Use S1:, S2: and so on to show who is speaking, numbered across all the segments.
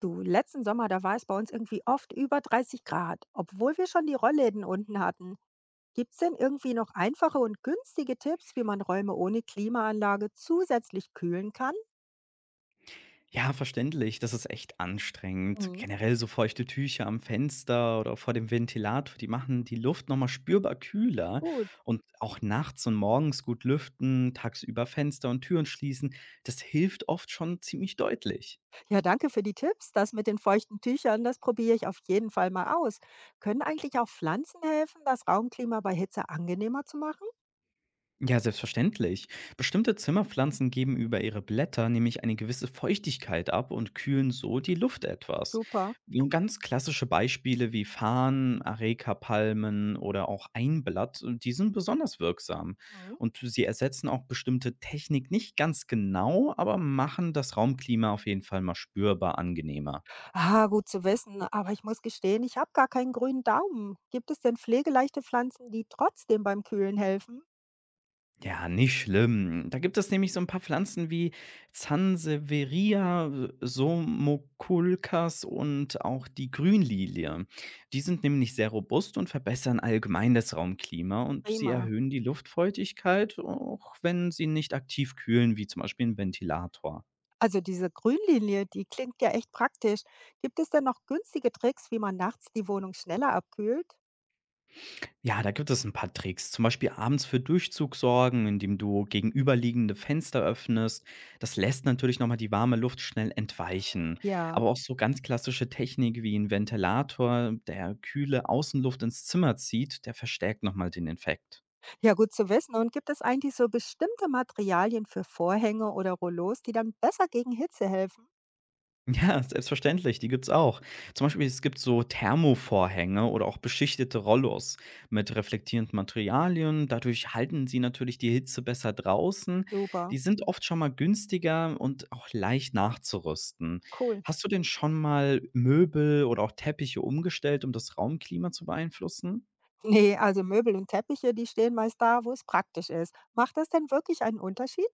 S1: Du, letzten Sommer, da war es bei uns irgendwie oft über 30 Grad, obwohl wir schon die Rollläden unten hatten. Gibt es denn irgendwie noch einfache und günstige Tipps, wie man Räume ohne Klimaanlage zusätzlich kühlen kann?
S2: Ja, verständlich. Das ist echt anstrengend.
S1: Mhm.
S2: Generell so feuchte Tücher am Fenster oder vor dem Ventilator, die machen die Luft nochmal spürbar kühler.
S1: Gut.
S2: Und auch nachts und morgens gut lüften, tagsüber Fenster und Türen schließen, das hilft oft schon ziemlich deutlich.
S1: Ja, danke für die Tipps. Das mit den feuchten Tüchern, das probiere ich auf jeden Fall mal aus. Können eigentlich auch Pflanzen helfen, das Raumklima bei Hitze angenehmer zu machen?
S2: Ja, selbstverständlich. Bestimmte Zimmerpflanzen geben über ihre Blätter nämlich eine gewisse Feuchtigkeit ab und kühlen so die Luft etwas.
S1: Super.
S2: Nun ganz klassische Beispiele wie Farn, Arekapalmen oder auch Einblatt, die sind besonders wirksam.
S1: Mhm.
S2: Und sie ersetzen auch bestimmte Technik nicht ganz genau, aber machen das Raumklima auf jeden Fall mal spürbar angenehmer.
S1: Ah, gut zu wissen, aber ich muss gestehen, ich habe gar keinen grünen Daumen. Gibt es denn pflegeleichte Pflanzen, die trotzdem beim Kühlen helfen?
S2: Ja, nicht schlimm. Da gibt es nämlich so ein paar Pflanzen wie Zanseveria, Somokulkas und auch die Grünlilie. Die sind nämlich sehr robust und verbessern allgemein das Raumklima und sie
S1: Prima.
S2: erhöhen die Luftfeuchtigkeit, auch wenn sie nicht aktiv kühlen, wie zum Beispiel ein Ventilator.
S1: Also diese Grünlinie, die klingt ja echt praktisch. Gibt es denn noch günstige Tricks, wie man nachts die Wohnung schneller abkühlt?
S2: Ja, da gibt es ein paar Tricks. Zum Beispiel abends für Durchzug sorgen, indem du gegenüberliegende Fenster öffnest. Das lässt natürlich nochmal die warme Luft schnell entweichen.
S1: Ja,
S2: Aber auch so ganz klassische Technik wie ein Ventilator, der kühle Außenluft ins Zimmer zieht, der verstärkt nochmal den Effekt.
S1: ja, gut zu wissen. Und gibt es eigentlich so bestimmte Materialien für Vorhänge oder Rollos, die dann besser gegen Hitze helfen?
S2: Ja, selbstverständlich, die gibt's auch. Zum Beispiel, es gibt so Thermovorhänge oder auch beschichtete Rollos mit reflektierenden Materialien. Dadurch halten sie natürlich die Hitze besser draußen.
S1: Super,
S2: Die sind oft schon mal günstiger und auch leicht nachzurüsten.
S1: cool.
S2: Hast du denn schon mal Möbel oder auch Teppiche umgestellt, um das Raumklima zu beeinflussen?
S1: Nee, also Möbel und Teppiche, die stehen meist da, wo es praktisch ist. Macht das denn wirklich einen Unterschied?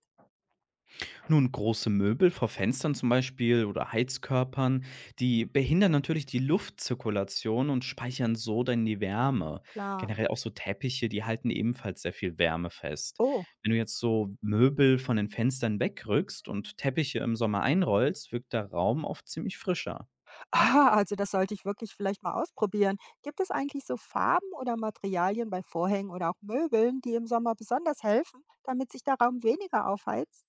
S2: Nun, große Möbel vor Fenstern zum Beispiel oder Heizkörpern, die behindern natürlich die Luftzirkulation und speichern so dann die Wärme.
S1: Klar.
S2: Generell auch so Teppiche, die halten ebenfalls sehr viel Wärme fest.
S1: Oh,
S2: Wenn du jetzt so Möbel von den Fenstern wegrückst und Teppiche im Sommer einrollst, wirkt der Raum oft ziemlich frischer.
S1: ah, also das sollte ich wirklich vielleicht mal ausprobieren. Gibt es eigentlich so Farben oder Materialien bei Vorhängen oder auch Möbeln, die im Sommer besonders helfen, damit sich der Raum weniger aufheizt?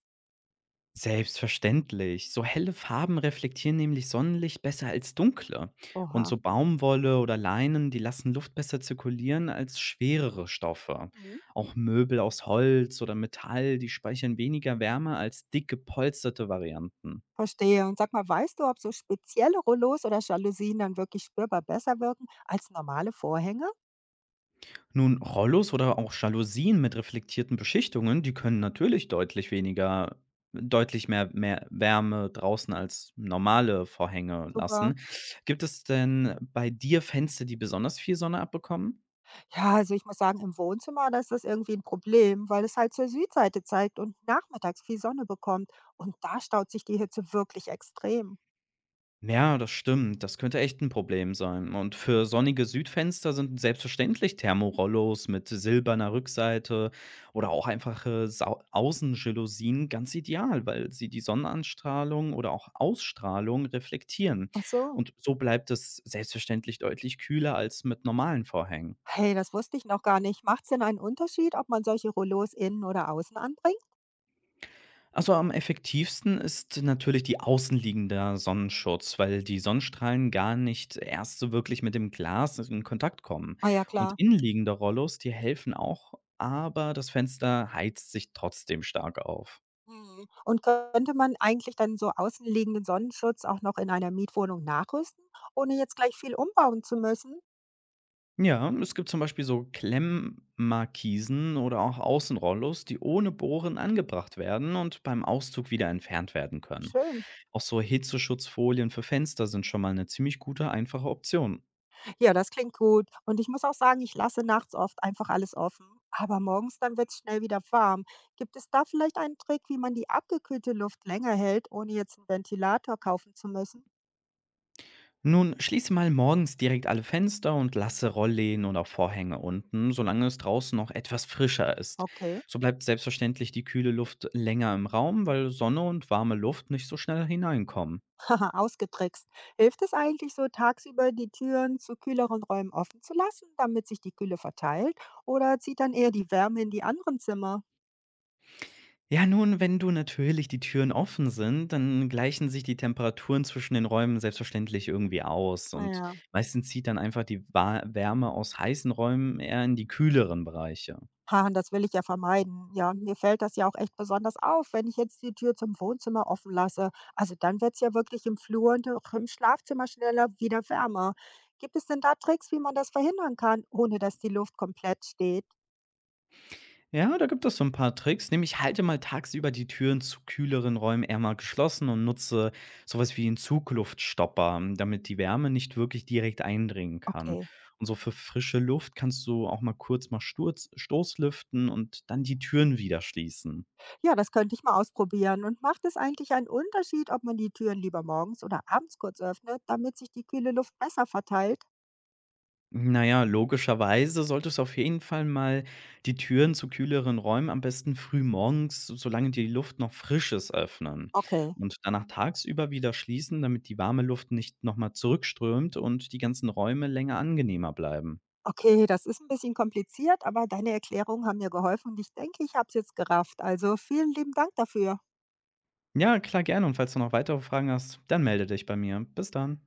S2: Selbstverständlich. So helle Farben reflektieren nämlich Sonnenlicht besser als dunkle. Und
S1: Oha.
S2: so Baumwolle oder Leinen, die lassen Luft besser zirkulieren als schwerere Stoffe.
S1: Mhm,
S2: Auch Möbel aus Holz oder Metall, die speichern weniger Wärme als dick gepolsterte Varianten.
S1: verstehe. Und sag mal, weißt du, ob so spezielle Rollos oder Jalousien dann wirklich spürbar besser wirken als normale Vorhänge?
S2: Nun, Rollos oder auch Jalousien mit reflektierten Beschichtungen, die können natürlich deutlich mehr, Wärme draußen als normale Vorhänge
S1: Super.
S2: lassen. Gibt es denn bei dir Fenster, die besonders viel Sonne abbekommen?
S1: Ja, also ich muss sagen, im Wohnzimmer, da ist das irgendwie ein Problem, weil es halt zur Südseite zeigt und nachmittags viel Sonne bekommt. Und da staut sich die Hitze wirklich extrem.
S2: Ja, das stimmt. Das könnte echt ein Problem sein. Und für sonnige Südfenster sind selbstverständlich Thermorollos mit silberner Rückseite oder auch einfache Sau Außenjalousien ganz ideal, weil sie die Sonnenanstrahlung oder auch Ausstrahlung reflektieren.
S1: Ach so.
S2: Und so bleibt es selbstverständlich deutlich kühler als mit normalen Vorhängen.
S1: Hey, das wusste ich noch gar nicht. Macht es denn einen Unterschied, ob man solche Rollos innen oder außen anbringt?
S2: Also am effektivsten ist natürlich die außenliegende Sonnenschutz, weil die Sonnenstrahlen gar nicht erst so wirklich mit dem Glas in Kontakt kommen.
S1: Ah ja,
S2: Und
S1: klar.
S2: innenliegende Rollos, die helfen auch, aber das Fenster heizt sich trotzdem stark auf.
S1: Hm. Und könnte man eigentlich dann so außenliegenden Sonnenschutz auch noch in einer Mietwohnung nachrüsten, ohne jetzt gleich viel umbauen zu müssen?
S2: Ja, es gibt zum Beispiel so Klemmmarkisen oder auch Außenrollos, die ohne Bohren angebracht werden und beim Auszug wieder entfernt werden können.
S1: Schön.
S2: Auch so Hitzeschutzfolien für Fenster sind schon mal eine ziemlich gute, einfache Option.
S1: Ja, das klingt gut. Und ich muss auch sagen, ich lasse nachts oft einfach alles offen. Aber morgens dann wird es schnell wieder warm. Gibt es da vielleicht einen Trick, wie man die abgekühlte Luft länger hält, ohne jetzt einen Ventilator kaufen zu müssen?
S2: Nun schließe mal morgens direkt alle Fenster und lasse Rollläden und auch Vorhänge unten, solange es draußen noch etwas frischer ist.
S1: Okay.
S2: So bleibt selbstverständlich die kühle Luft länger im Raum, weil Sonne und warme Luft nicht so schnell hineinkommen.
S1: Haha, ausgetrickst. Hilft es eigentlich so, tagsüber die Türen zu kühleren Räumen offen zu lassen, damit sich die Kühle verteilt? Oder zieht dann eher die Wärme in die anderen Zimmer?
S2: Ja, nun, wenn du natürlich die Türen offen sind, dann gleichen sich die Temperaturen zwischen den Räumen selbstverständlich irgendwie aus und
S1: Naja,
S2: meistens zieht dann einfach die Wärme aus heißen Räumen eher in die kühleren Bereiche.
S1: ha, das will ich ja vermeiden. Ja, mir fällt das ja auch echt besonders auf, wenn ich jetzt die Tür zum Wohnzimmer offen lasse. Also dann wird es ja wirklich im Flur und auch im Schlafzimmer schneller wieder wärmer. Gibt es denn da Tricks, wie man das verhindern kann, ohne dass die Luft komplett steht?
S2: Ja, da gibt es so ein paar Tricks, nämlich halte mal tagsüber die Türen zu kühleren Räumen eher mal geschlossen und nutze sowas wie 'n Zugluftstopper, damit die Wärme nicht wirklich direkt eindringen kann.
S1: Okay.
S2: Und so für frische Luft kannst du auch mal kurz mal Sturz Stoßlüften und dann die Türen wieder schließen.
S1: Ja, das könnte ich mal ausprobieren. Und macht es eigentlich einen Unterschied, ob man die Türen lieber morgens oder abends kurz öffnet, damit sich die kühle Luft besser verteilt?
S2: Naja, logischerweise solltest du auf jeden Fall mal die Türen zu kühleren Räumen am besten frühmorgens, solange die Luft noch frisch ist, öffnen
S1: Okay.
S2: und danach tagsüber wieder schließen, damit die warme Luft nicht nochmal zurückströmt und die ganzen Räume länger angenehmer bleiben.
S1: Okay, das ist ein bisschen kompliziert, aber deine Erklärungen haben mir geholfen und ich denke, ich habe es jetzt gerafft. Also vielen lieben Dank dafür.
S2: Ja, klar, gerne. Und falls du noch weitere Fragen hast, dann melde dich bei mir. Bis dann.